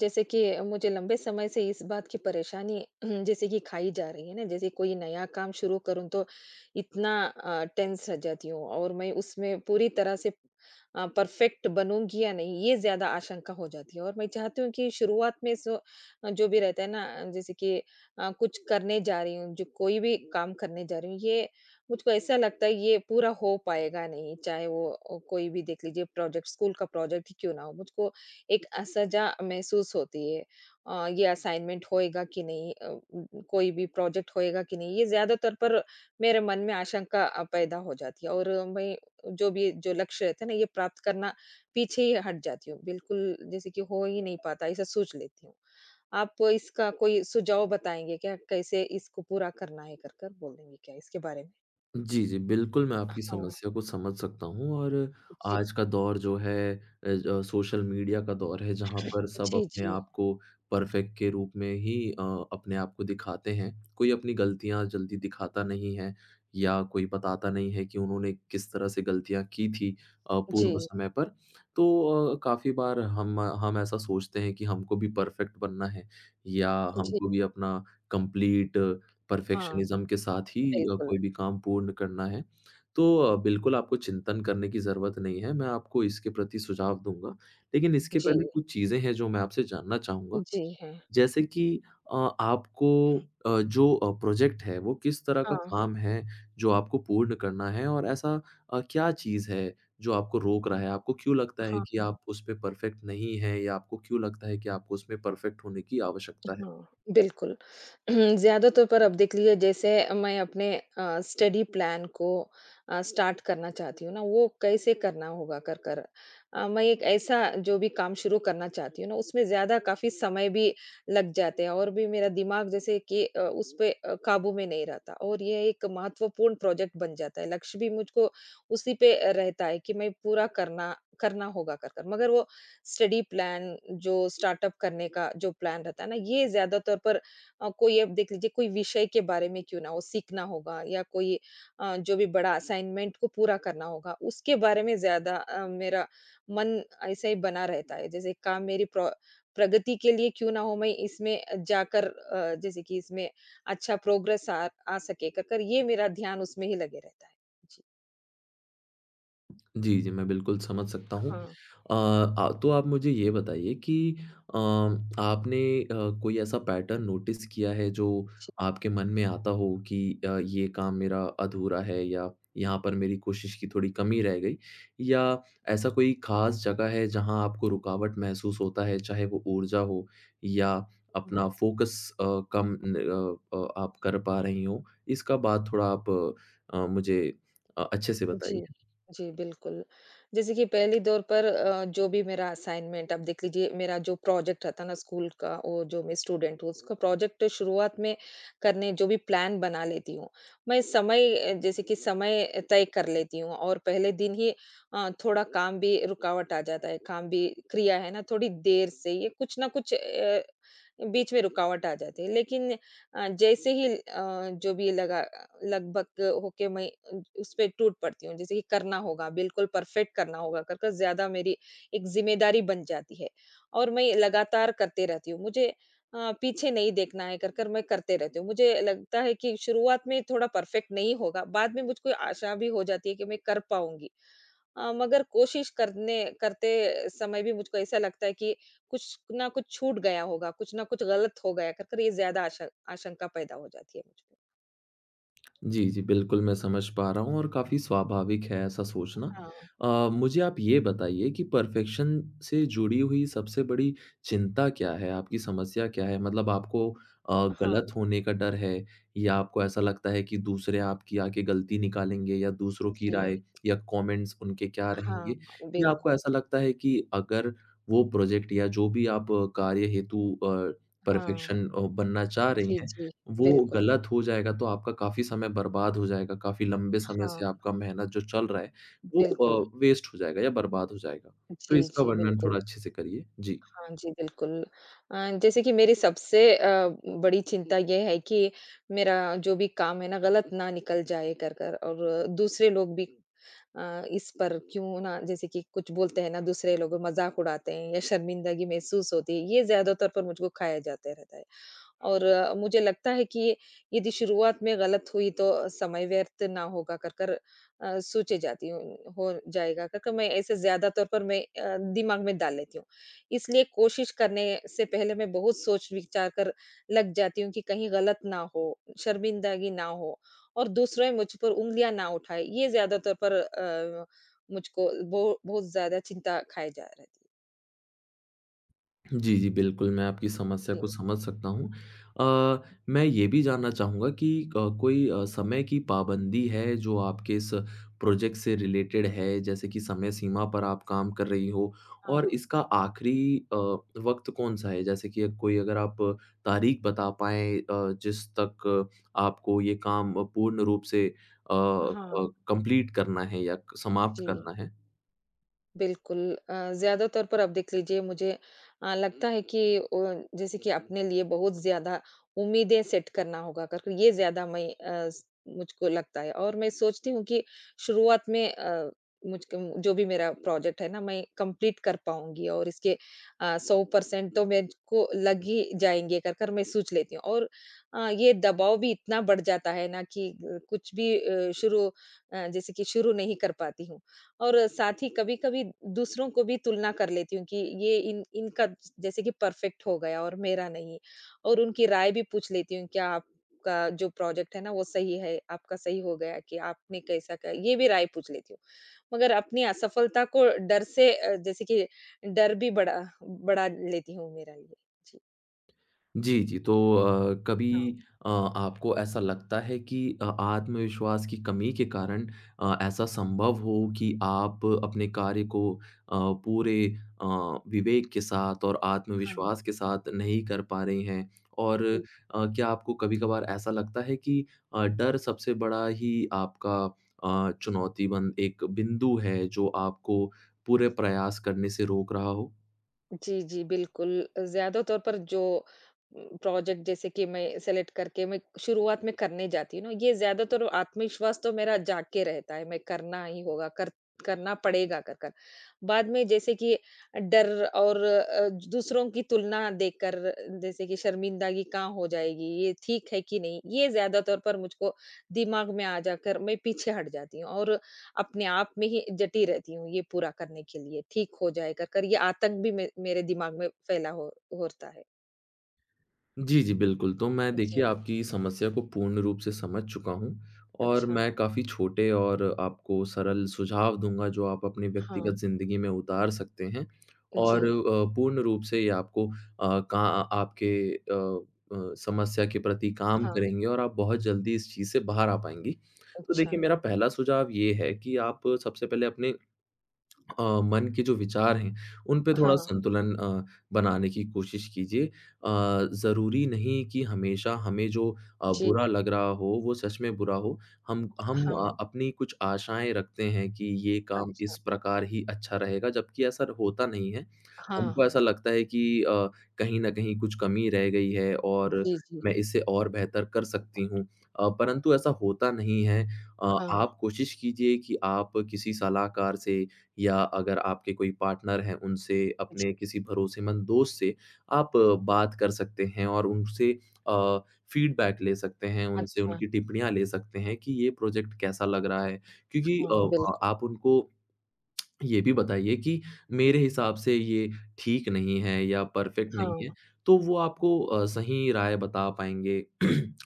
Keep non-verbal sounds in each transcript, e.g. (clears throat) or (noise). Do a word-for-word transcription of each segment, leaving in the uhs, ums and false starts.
जैसे कि मुझे लंबे समय से इस बात की परेशानी (clears throat) जैसे कि खाई जा रही है ना जैसे कोई नया काम शुरू करूं तो इतना टेंस रह जाती हूँ और मैं उसमें पूरी तरह से परफेक्ट बनूंगी या नहीं ये ज्यादा आशंका हो जाती है और मैं चाहती हूँ कि शुरुआत में सो अ, जो भी रहता है ना जैसे कि अ, कुछ करने जा रही हूँ जो कोई भी काम करने जा रही हूँ ये मुझको ऐसा लगता है ये पूरा हो पाएगा नहीं चाहे वो अ, कोई भी देख लीजिए प्रोजेक्ट स्कूल का प्रोजेक्ट ही क्यों ना हो मुझको एक असजा महसूस होती है अ, ये असाइनमेंट होएगा कि नहीं अ, उम, कोई भी प्रोजेक्ट होएगा कि नहीं, ये ज़्यादातर पर मेरे मन में आशंका अ, पैदा हो जाती है और मैं जो भी जो लक्ष्य रहते हैं ना, ये प्राप्त करना पीछे ही हट जाती हूँ। बिल्कुल जैसे कि हो ही नहीं पाता, ऐसा सोच लेती हूँ। आप इसका कोई सुझाव बताएँगे क्या? कैसे इसको पूरा करना है कर कर बोलेंगे क्या इसके बारे में? जी, जी। बिल्कुल, मैं आपकी हाँ, समस्या को समझ सकता हूँ और जी। आज का दौर जो है अ, ज सोशल मीडिया का दौर है, जहाँ पर सब जी, अपने जी। आप को परफ़ेक्ट के रूप में ही अ, अपने आप को दिखाते हैं। कोई अपनी गलतियाँ जल्दी दिखाता नहीं है या कोई बताता नहीं है कि उन्होंने किस तरह से गलतियाँ की थी अ, पूर्व जी, समय पर। तो अ, काफ़ी बार हम हम ऐसा सोचते हैं कि हमको भी परफ़ेक्ट बनना है या जी। हमको भी अपना कंप्लीट हाँ, परफेक्शनिज़्म के साथ ही अ, बिल्कुल। कोई भी काम पूर्ण करना है, तो अ, बिल्कुल आपको चिंतन करने की ज़रूरत नहीं है, मैं आपको इसके प्रति सुझाव दूँगा। लेकिन इसके जी, पहले कुछ चीज़ें हैं जो मैं आपसे जानना चाहूँगा, जी, हैं। जैसे कि अ, आपको अ, जो अ, प्रोजेक्ट है वो किस तरह का हाँ। काम है जो आपको पूर्ण करना है और ऐसा अ, क्या चीज़ है जो आपको रोक रहा है? आपको क्यों लगता है हाँ, कि आप उसमें परफेक्ट नहीं हैं या आपको क्यों लगता है कि आपको उसमें परफेक्ट होने की आवश्यकता है? हाँ, बिल्कुल। (clears throat) ज़्यादातर पर अब देख लीजिए जैसे मैं अपने अ, स्टडी प्लान को अ, स्टार्ट करना चाहती हूँ ना, वो कैसे करना होगा कर कर। अ, मैं एक ऐसा जो भी काम शुरू करना चाहती हूँ ना, उसमें ज़्यादा काफ़ी समय भी लग जाते हैं और भी मेरा दिमाग जैसे कि अ, उस पे अ, काबू में नहीं रहता और ये एक महत्वपूर्ण प्रोजेक्ट बन जाता है। लक्ष्य भी मुझको उसी पे रहता है कि मैं पूरा करना करना होगा कर कर। मगर वो स्टडी प्लान जो स्टार्टअप करने का जो प्लान रहता है ना ये ज्यादा तौर पर अ, कोई अब देख लीजिए कोई विषय के बारे में क्यों ना हो सीखना होगा या कोई अ, जो भी बड़ा असाइनमेंट को पूरा करना होगा उसके बारे में ज्यादा अ, मेरा मन ऐसा ही बना रहता है जैसे काम मेरी प्रो- प्रगति के लिए क्यों ना हो मैं इसमें जाकर अ, जैसे कि इसमें अच्छा प्रोग्रेस आ, आ सके कर कर ये मेरा ध्यान उसमें ही लगे रहता है जी जी, जी, मैं बिल्कुल समझ सकता हूँ। हाँ अ, आ तो आप मुझे ये बताइए कि अ, आपने अ, कोई ऐसा पैटर्न नोटिस किया है जो जी आपके मन में आता हो कि अ, ये काम मेरा अधूरा है या यहाँ पर मेरी कोशिश की थोड़ी कमी रह गई? या ऐसा कोई ख़ास जगह है जहाँ आपको रुकावट महसूस होता है, चाहे वो ऊर्जा हो या अपना हाँ फ़ोकस अ, कम न अ अ, आप कर पा रही हों? इसका बात थोड़ा आप अ, मुझे अ, अच्छे से जी, बताइए। जी, बिल्कुल। जैसे कि पहले दौर पर अ, जो भी मेरा असाइनमेंट आप देख लीजिए मेरा जो प्रोजेक्ट रहता ना स्कूल का और जो मैं स्टूडेंट हूँ, उसका प्रोजेक्ट शुरुआत में करने जो भी प्लान बना लेती हूँ। मैं समय अ, जैसे कि समय तय कर लेती हूँ और पहले दिन ही अ, थोड़ा काम भी रुकावट आ जाता है, काम भी क्रिया है ना थोड़ी देर से ये कुछ ना कुछ अ, बीच में रुकावट आ जाती है। लेकिन अ, जैसे ही अ, जो भी लगा लगभग होके मैं उसपे टूट पड़ती हूँ। जैसे कि करना होगा, बिल्कुल परफेक्ट करना होगा कर, कर ज़्यादा मेरी एक ज़िम्मेदारी बन जाती है और मैं लगातार करते रहती हूँ। मुझे अ, पीछे नहीं देखना है कर, कर मैं करते रहती हूँ। मुझे लगता है कि शुरुआत में थोड़ा परफेक्ट नहीं होगा, बाद में मुझको आशा भी हो जाती है कि मैं कर पाऊँगी। अ, मगर कोशिश करने करते समय भी मुझको ऐसा लगता है कि कुछ ना कुछ छूट गया होगा, कुछ ना कुछ गलत हो गया कर, कर ये ज़्यादा आशा आशंका पैदा हो जाती है मुझको। जी, जी, बिल्कुल मैं समझ पा रहा हूँ और काफ़ी स्वाभाविक है ऐसा सोचना। हाँ। अ, मुझे आप ये बताइए कि परफ़ेक्शन से जुड़ी हुई सबसे बड़ी चिंता क्या है? आपकी समस्या क्या है? मतलब आपको अ, हाँ, गलत होने का डर है या आपको ऐसा लगता है कि दूसरे आपकी आके गलती निकालेंगे या दूसरों की जी। राय या कमेंट्स उनके क्या हाँ, रहेंगे? या आपको बिल्कुल। ऐसा लगता है कि अगर वो प्रोजेक्ट या जो भी आप अ, कार्य हेतु अ, हाँ। परफ़ेक्शन अ, बनना चाह रही जी, हैं, जी, वो बिल्कुल। गलत हो जाएगा तो आपका काफ़ी समय बर्बाद हो जाएगा, काफ़ी लंबे समय हाँ, से आपका मेहनत जो चल रहा है, वो बिल्कुल। अ, वेस्ट हो जाएगा या बर्बाद हो जाएगा। तो जी, इसका जी, वर्णन बिल्कुल। थोड़ा अच्छे से करिए? जी। हाँ जी, बिल्कुल। अ, जैसे कि मेरी सबसे अ, बड़ी चिंता ये है कि मेरा जो भी काम है ना, गलत ना निकल जाए कर कर और दूसरे लोग भी अ, इस पर क्यों ना जैसे कि कुछ बोलते हैं ना, दूसरे लोग मज़ाक उड़ाते हैं या शर्मिंदगी महसूस होती है, ये ज़्यादातर पर मुझको खाया जाते रहता है। और अ, मुझे लगता है कि यदि शुरुआत में गलत हुई तो समय व्यर्थ ना होगा कर कर अ, सोचे जाती हूँ हो जाएगा कर कर मैं ऐसे ज़्यादा तौर पर मैं अ, दिमाग में डाल लेती हूँ। इसलिए कोशिश करने से पहले मैं बहुत सोच विचार कर लग जाती हूँ कि कहीं गलत ना हो, शर्मिंदगी ना हो और दूसरे मुझ पर उँगलियाँ ना उठाए। ये ज़्यादा तौर पर अ, मुझको बो बहुत ज़्यादा चिंता खाए जा रही है। जी, जी, बिल्कुल, मैं आपकी समस्या जी। को समझ सकता हूँ। अ, मैं ये भी जानना चाहूँगा कि अ, कोई अ, समय की पाबंदी है जो आपके इस प्रोजेक्ट से रिलेटेड है, जैसे कि समय सीमा पर आप काम कर रही हो हाँ। और इसका आखिरी अ, वक़्त कौन-सा है? जैसे कि कोई अगर आप तारीख बता पाएँ अ, जिस तक आपको ये काम पूर्ण रूप से अ अ, हाँ, कंप्लीट करना है या जी। समाप्त करना है? बिल्कुल अ, ज़्यादातर पर आप देख लीजिए मुझे अ, लगता है कि अ, जैसे कि अपने लिए बहुत ज़्यादा उम्मीदें सेट करना होगा करके ये ज़्यादा मैं अ, स- मुझको लगता है और मैं सोचती हूँ कि शुरुआत में अ, मुझको जो भी मेरा प्रोजेक्ट है ना मैं कंप्लीट कर पाऊंगी और इसके सौ परसेंट तो मुझको लग ही जाएंगे कर कर मैं सोच लेती हूँ और अ, ये दबाव भी इतना बढ़ जाता है ना कि अ, कुछ भी अ, शुरू अ, जैसे कि शुरू नहीं कर पाती हूँ और साथ ही कभी-कभी दूसरों को भी तुलना कर लेती हूँ कि ये इन इनका जैसे कि परफेक्ट हो गया और मेरा नहीं। और उनकी राय भी पूछ लेती हूँ, क्या आपका जो प्रोजेक्ट है ना वो सही है, आपका सही हो गया कि आपने कैसा किया? ये भी राय पूछ लेती हूँ। मगर अपनी असफलता को डर से अ, जैसे कि डर भी बढ़ा बढ़ा लेती हूँ मेरा ये। जी, जी, जी। तो अ, हाँ, कभी अ, आपको ऐसा लगता है कि अ, आत्मविश्वास की कमी के कारण अ, ऐसा संभव हो कि आप अपने कार्य को अ, पूरे अ, विवेक के साथ और हाँ। आत्मविश्वास के साथ नहीं कर पा रहे हैं? और अ, क्या आपको कभी-कभार ऐसा लगता है कि अ, डर सबसे बड़ा ही आपका अ, चुनौती बन एक बिंदु है, जो आपको पूरे प्रयास करने से रोक रहा हो? जी, जी, बिल्कुल। ज़्यादा तौर पर जो उम, प्रोजेक्ट जैसे कि मैं सेलेक्ट करके मैं शुरुआत में करने जाती हूँ ना, ये ज़्यादातर आत्मविश्वास तो मेरा जाग के रहता है, मैं करना ही होगा, कर करना पड़ेगा कर कर। बाद में जैसे कि डर और अ, दूसरों की तुलना देखकर जैसे कि शर्मिंदगी कहाँ हो जाएगी, ये ठीक है कि नहीं, ये ज़्यादा तौर पर मुझको दिमाग में आ जाकर मैं पीछे हट जाती हूँ और अपने आप में ही जटी रहती हूँ ये पूरा करने के लिए, ठीक हो जाए कर कर ये आतंक भी मे मेरे दिमाग में फैला हो होता है। जी, जी, बिल्कुल। तो मैं देखिए जी, आपकी समस्या को पूर्ण रूप से समझ चुका हूँ और अच्छा, मैं काफ़ी छोटे और आपको सरल सुझाव दूँगा जो आप अपनी व्यक्तिगत हाँ, हुँ। ज़िंदगी में उतार सकते हैं जी, और अ, पूर्ण रूप से ये आपको अ, का आपके अ अ, समस्या के प्रति काम हुँ। हाँ, करेंगे और आप बहुत जल्दी इस चीज़ से बाहर आ पाएँगी। तो अच्छा, देखिए मेरा पहला सुझाव ये है कि आप सबसे पहले अपने अ, मन के जो विचार हैं, उन पे थोड़ा हाँ, संतुलन अ, बनाने की कोशिश कीजिए। अ, ज़रूरी नहीं कि हमेशा हमें जो अ, जी, बुरा लग रहा हो, वो सच में बुरा हो। हम हम अ, हाँ, अपनी कुछ आशाएँ रखते हैं कि ये काम अच्छा, इस प्रकार ही अच्छा रहेगा, जबकि ऐसा होता नहीं है। हाँ, हमको ऐसा हाँ, लगता है कि अ, कहीं न कहीं कुछ कमी रह गई है और जी, जी, मैं इसे और बेहतर कर सकती हूँ। अ, परंतु ऐसा होता नहीं है। अ, हाँ, आप कोशिश कीजिए कि आप किसी सलाहकार से या अगर आपके कोई पार्टनर हैं, उनसे जी, अपने किसी भरोसेमंद दोस्त से आप अ, बात कर सकते हैं और उनसे अ, फीडबैक ले सकते हैं, उनसे अच्छा, उनकी टिप्पणियाँ ले सकते हैं कि ये प्रोजेक्ट कैसा लग रहा है। क्योंकि अ, हाँ, अ, बिल्कुल, आप उनको ये भी बताइए कि मेरे हिसाब से ये ठीक नहीं है या परफेक्ट नहीं है, हाँ, तो वो आपको अ, सही राय बता पाएँगे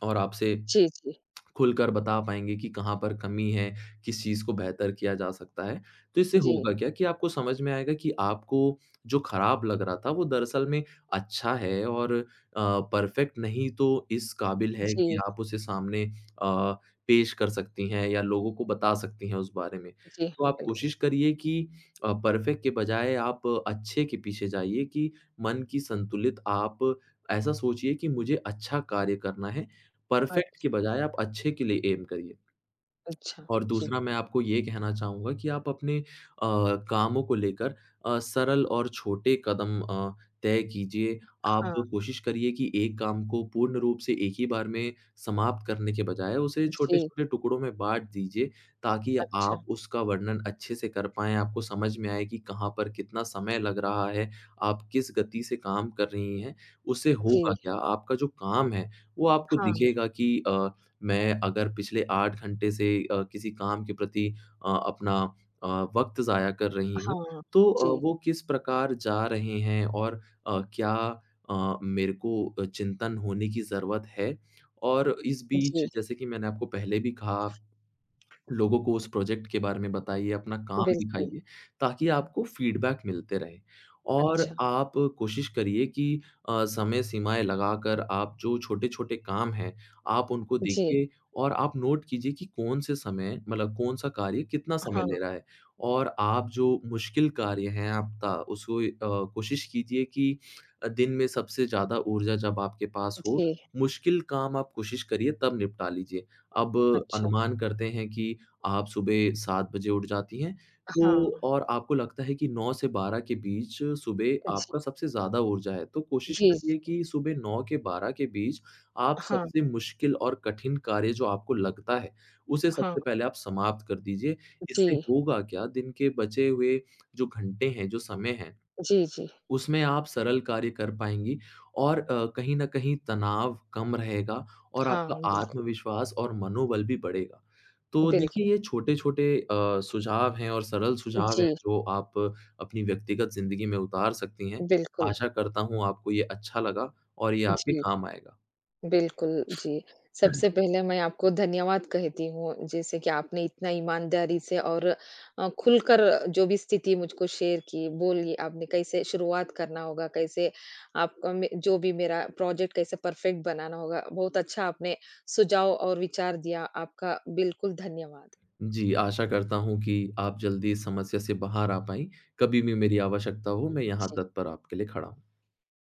और आपसे जी, जी, खुलकर बता पाएँगे कि कहाँ पर कमी है, किस चीज़ को बेहतर किया जा सकता है। तो इससे जी, होगा क्या कि आपको समझ में आएगा कि आपको जो खराब लग रहा था वो दरअसल में अच्छा है और अ, परफेक्ट नहीं तो इस काबिल है कि जी, आप उसे सामने अ, पेश कर सकती हैं या लोगों को बता सकती हैं उस बारे में। जी, तो हाँ, आप बिल्कुल, कोशिश करिए कि अ, परफेक्ट के बजाय आप अच्छे के पीछे जाइए कि मन की संतुलित आप ऐसा सोचिए कि मुझे अच्छा कार्य करना है परफेक्ट के अच्छा, बजाय आप अच्छे के लिए एम करिए। अच्छा, और जी, दूसरा मैं आपको ये कहना चाहूँगा कि आप अपने अ, कामों को लेकर अ, सरल और छोटे कदम अ, तय कीजिए। आप हाँ, कोशिश करिए कि एक काम को पूर्ण रूप से एक ही बार में समाप्त करने के बजाय उसे जी, छोटे-छोटे टुकड़ों में बाँट दीजिए, ताकि अच्छा, आप उसका वर्णन अच्छे से कर पाएँ, आपको समझ में आए कि कहाँ पर कितना समय लग रहा है, आप किस गति से काम कर रही हैं। उससे जी, होगा क्या, आपका जो काम है, वो आपको हाँ, दिखेगा कि अ, मैं अगर पिछले आठ घंटे से अ, किसी काम के प्रति अ, अपना अ, वक़्त ज़ाया कर रही हूँ, हाँ, तो जी, अ, वो किस प्रकार जा रहे हैं और अ, क्या अ, मेरे को अ, चिंतन होने की ज़रूरत है? और इस जी, बीच जैसे कि मैंने आपको पहले भी कहा लोगों को उस प्रोजेक्ट के बारे में बताइए, अपना काम बिल्कुल, दिखाइए, ताकि आपको फीडबैक मिलते रहे। और अच्छा, आप कोशिश करिए कि अ, समय सीमाएँ लगाकर आप जो छोटे-छोटे काम हैं, आप उनको जी। देखिए और आप नोट कीजिए कि कौन-से समय मतलब कौन-सा कार्य कितना समय हाँ, ले रहा है। और आप जो मुश्किल कार्य हैं आपका उसको अ, कोशिश कीजिए कि अ, दिन में सबसे ज़्यादा ऊर्जा जब आपके पास हो, जी, मुश्किल काम आप कोशिश करिए तब निपटा लीजिए। अब अच्छा, अनुमान करते हैं कि आप सुबह सात बजे उठ जाती हैं, हाँ, तो और आपको लगता है कि नौ से बारह के बीच सुबह जी, आपका सबसे ज़्यादा ऊर्जा है। तो कोशिश जी, जी, करिए कि सुबह नौ के बारह के बीच आप हाँ, सबसे मुश्किल और कठिन कार्य जो आपको लगता है, उसे हाँ, सबसे पहले आप समाप्त कर दीजिए। इससे जी, होगा क्या दिन के बचे हुए जो घंटे हैं, जो समय है जी, जी, उसमें आप सरल कार्य कर पाएँगी और अ, कहीं न कहीं तनाव कम रहेगा और हाँ, आपका बिल्कुल, आत्मविश्वास और मनोबल भी बढ़ेगा। तो बिल्कुल, देखिए ये छोटे-छोटे अ, सुझाव हैं और सरल सुझाव हैं जी, जो आप अपनी व्यक्तिगत ज़िंदगी में उतार सकती हैं। बिल्कुल, आशा करता हूँ आपको ये अच्छा लगा और ये आपके जी, काम आएगा। बिल्कुल, जी। सबसे पहले मैं आपको धन्यवाद कहती हूँ, जैसे कि आपने इतना ईमानदारी से और अ, खुलकर जो भी स्थिति मुझको शेयर की, बोली आपने कैसे शुरुआत करना होगा, कैसे आपका में जो भी मेरा प्रोजेक्ट कैसे परफेक्ट बनाना होगा, बहुत अच्छा आपने सुझाव और विचार दिया, आपका बिल्कुल धन्यवाद। जी, आशा करता हूँ कि आप जल्दी इस समस्या से बाहर आ पाएँ। कभी भी मेरी आवश्यकता हो मैं यहाँ जी, तत्पर आपके लिए खड़ा हूँ।